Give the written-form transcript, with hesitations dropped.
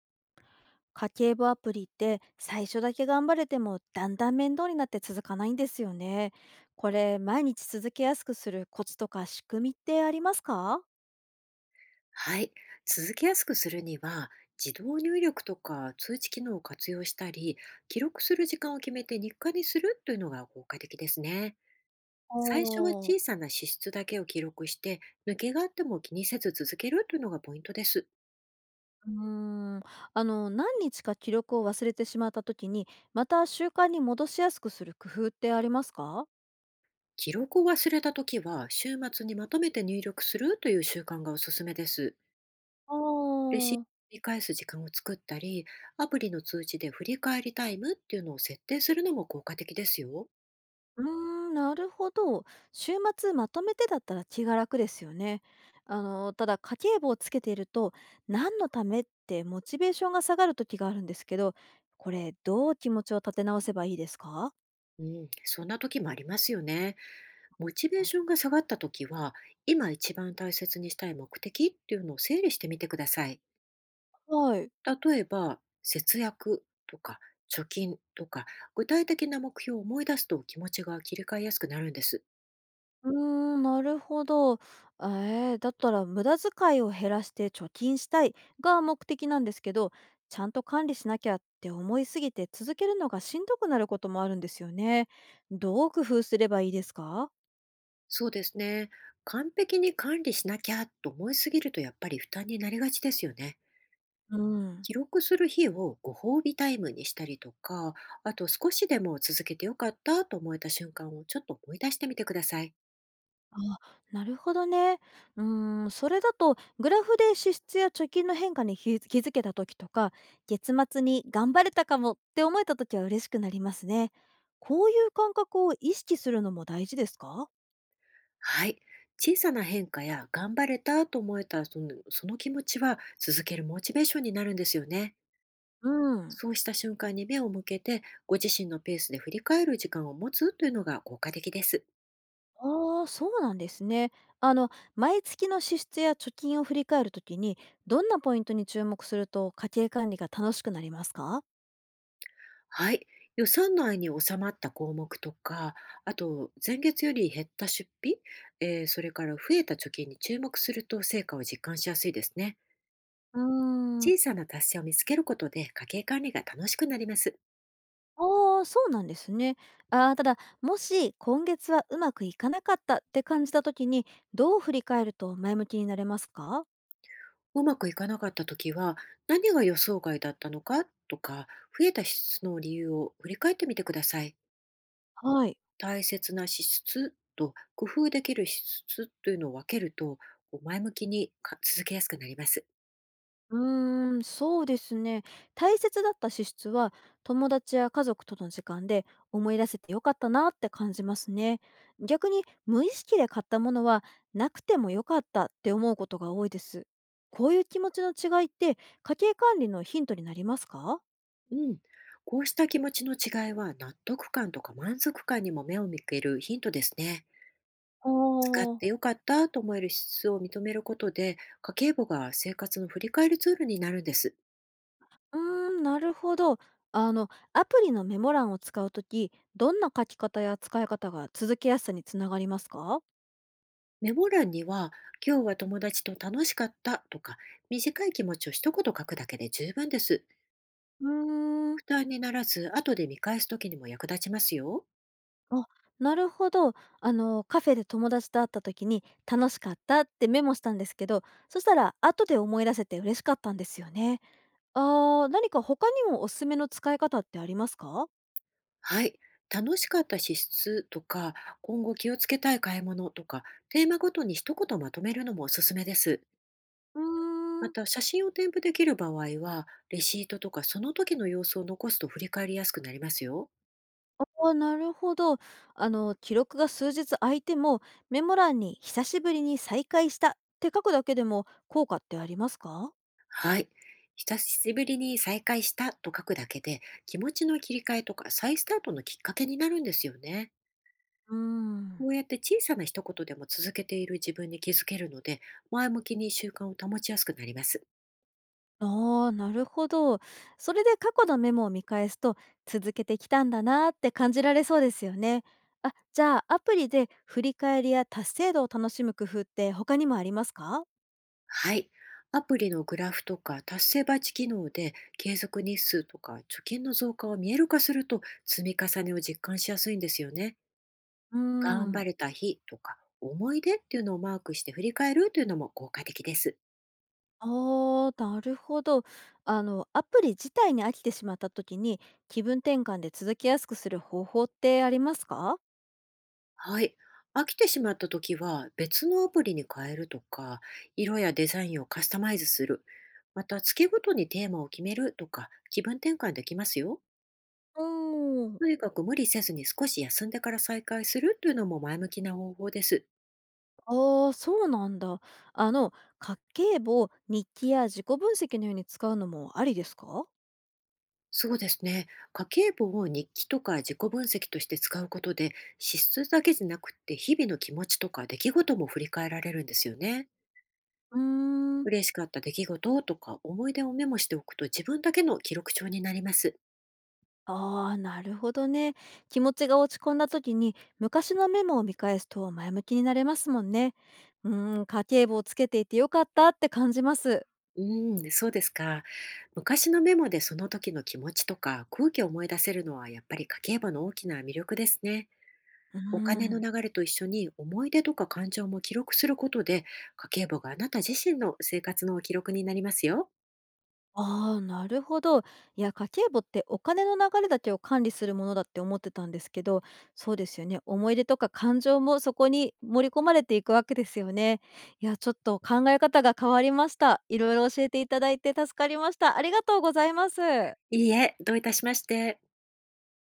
家計簿アプリって最初だけ頑張れてもだんだん面倒になって続かないんですよね。これ毎日続けやすくするコツとか仕組みってありますか？はい。続けやすくするには、自動入力とか通知機能を活用したり、記録する時間を決めて日課にするというのが効果的ですね。お最初はー。小さな支出だけを記録して、抜けがあっても気にせず続けるというのがポイントです。うーんあの、何日か記録を忘れてしまった時にまた習慣に戻しやすくする工夫ってありますか？記録を忘れたときは、週末にまとめて入力するという習慣がおすすめです。おレシートー。を繰り返す時間を作ったり、アプリの通知で振り返りタイムっていうのを設定するのも効果的ですよ。うーん、なるほど。週末まとめてだったら気が楽ですよね。あの、ただ家計簿をつけていると、何のためってモチベーションが下がる時があるんですけど、これどう気持ちを立て直せばいいですか？うん、そんな時もありますよね。モチベーションが下がった時は、今一番大切にしたい目的っていうのを整理してみてください。はい。例えば、節約とか貯金とか、具体的な目標を思い出すと気持ちが切り替えやすくなるんです。うーん、なるほど。だったら無駄遣いを減らして貯金したいが目的なんですけど、ちゃんと管理しなきゃって思いすぎて続けるのがしんどくなることもあるんですよね。どう工夫すればいいですか？そうですね。完璧に管理しなきゃと思いすぎるとやっぱり負担になりがちですよね。うん。記録する日をご褒美タイムにしたりとか、あと少しでも続けてよかったと思えた瞬間をちょっと思い出してみてください。あ、なるほどね。うーん、それだとグラフで支出や貯金の変化に気づけた時とか、月末に頑張れたかもって思えた時は嬉しくなりますね。こういう感覚を意識するのも大事ですか？はい。小さな変化や頑張れたと思えたその気持ちは続けるモチベーションになるんですよね。うん。そうした瞬間に目を向けて、ご自身のペースで振り返る時間を持つというのが効果的です。ああ、そうなんですね。あの、毎月の支出や貯金を振り返るときに、どんなポイントに注目すると家計管理が楽しくなりますか？はい。予算内に収まった項目とか、あと前月より減った出費、それから増えた貯金に注目すると成果を実感しやすいですね。うーん。小さな達成を見つけることで家計管理が楽しくなります。ああ、そうなんですね。ああ、ただ、もし今月はうまくいかなかったって感じた時に、どう振り返ると前向きになれますか？うまくいかなかった時は、何が予想外だったのかとか、増えた支出の理由を振り返ってみてください。はい。大切な支出と工夫できる支出というのを分けると、こう前向きにか続けやすくなります。うーん、そうですね。大切だった支出は、友達や家族との時間で思い出せてよかったなって感じますね。逆に、無意識で買ったものは、なくてもよかったって思うことが多いです。こういう気持ちの違いって、家計管理のヒントになりますか？うん、こうした気持ちの違いは納得感とか満足感にも目を向けるヒントですね。あ使っあー。てよかったと思える質を認めることで、家計簿が生活の振り返りツールになるんです。うーん、なるほど。あの、アプリのメモ欄を使うとき、どんな書き方や使い方が続けやすさにつながりますか？メモ欄には、今日は友達と楽しかったとか、短い気持ちを一言書くだけで十分です。うーん。負担にならず、後で見返す時にも役立ちますよ。あ、なるほど。あの、カフェで友達と会ったときに、楽しかったってメモしたんですけど、そしたら、後で思い出せて嬉しかったんですよね。あー、何か他にもおすすめの使い方ってありますか？はい。楽しかった支出とか、今後気をつけたい買い物とか、テーマごとに一言まとめるのもおすすめです。うーまん。た、写真を添付できる場合は、レシートとかその時の様子を残すと振り返りやすくなりますよ。ああ、なるほど。あの、記録が数日空いても、メモ欄に久しぶりに再開したって書くだけでも効果ってありますか？はい。久しぶりに再会したと書くだけで、気持ちの切り替えとか再スタートのきっかけになるんですよね。うーん。こうやって小さな一言でも続けている自分に気づけるので、前向きに習慣を保ちやすくなります。ああ、なるほど。それで過去のメモを見返すと、続けてきたんだなーって感じられそうですよね。あ、じゃあアプリで振り返りや達成度を楽しむ工夫って他にもありますか？はい。アプリのグラフとか達成バッジ機能で継続日数とか貯金の増加を見える化すると、積み重ねを実感しやすいんですよね。うー頑張ん。れた日とか思い出っていうのをマークして振り返るというのも効果的です。ああ、なるほど。あの、アプリ自体に飽きてしまった時に、気分転換で続きやすくする方法ってありますか？はい。飽きてしまった時は、別のアプリに変えるとか、色やデザインをカスタマイズする。また、月ごとにテーマを決めるとか気分転換できますよ。うーん。とにかく無理せずに少し休んでから再開するというのも前向きな方法です。ああ、そうなんだ。あの、家計簿、日記や自己分析のように使うのもありですか？そうですね。家計簿を日記とか自己分析として使うことで、支出だけじゃなくって日々の気持ちとか出来事も振り返られるんですよね。うーん。嬉しかった出来事とか思い出をメモしておくと、自分だけの記録帳になります。ああ、なるほどね。気持ちが落ち込んだ時に、昔のメモを見返すと前向きになれますもんね。うーん、家計簿をつけていてよかったって感じます。うーん、そうですか。昔のメモでその時の気持ちとか空気を思い出せるのは、やっぱり家計簿の大きな魅力ですね。うーお金のん。流れと一緒に思い出とか感情も記録することで、家計簿があなた自身の生活の記録になりますよ。ああ、なるほど。いや、家計簿ってお金の流れだけを管理するものだって思ってたんですけど、そうですよね。思い出とか感情もそこに盛り込まれていくわけですよね。いや、ちょっと考え方が変わりました。いろいろ教えていただいて助かりました。ありがとうございます。いいえ、どういたしまして。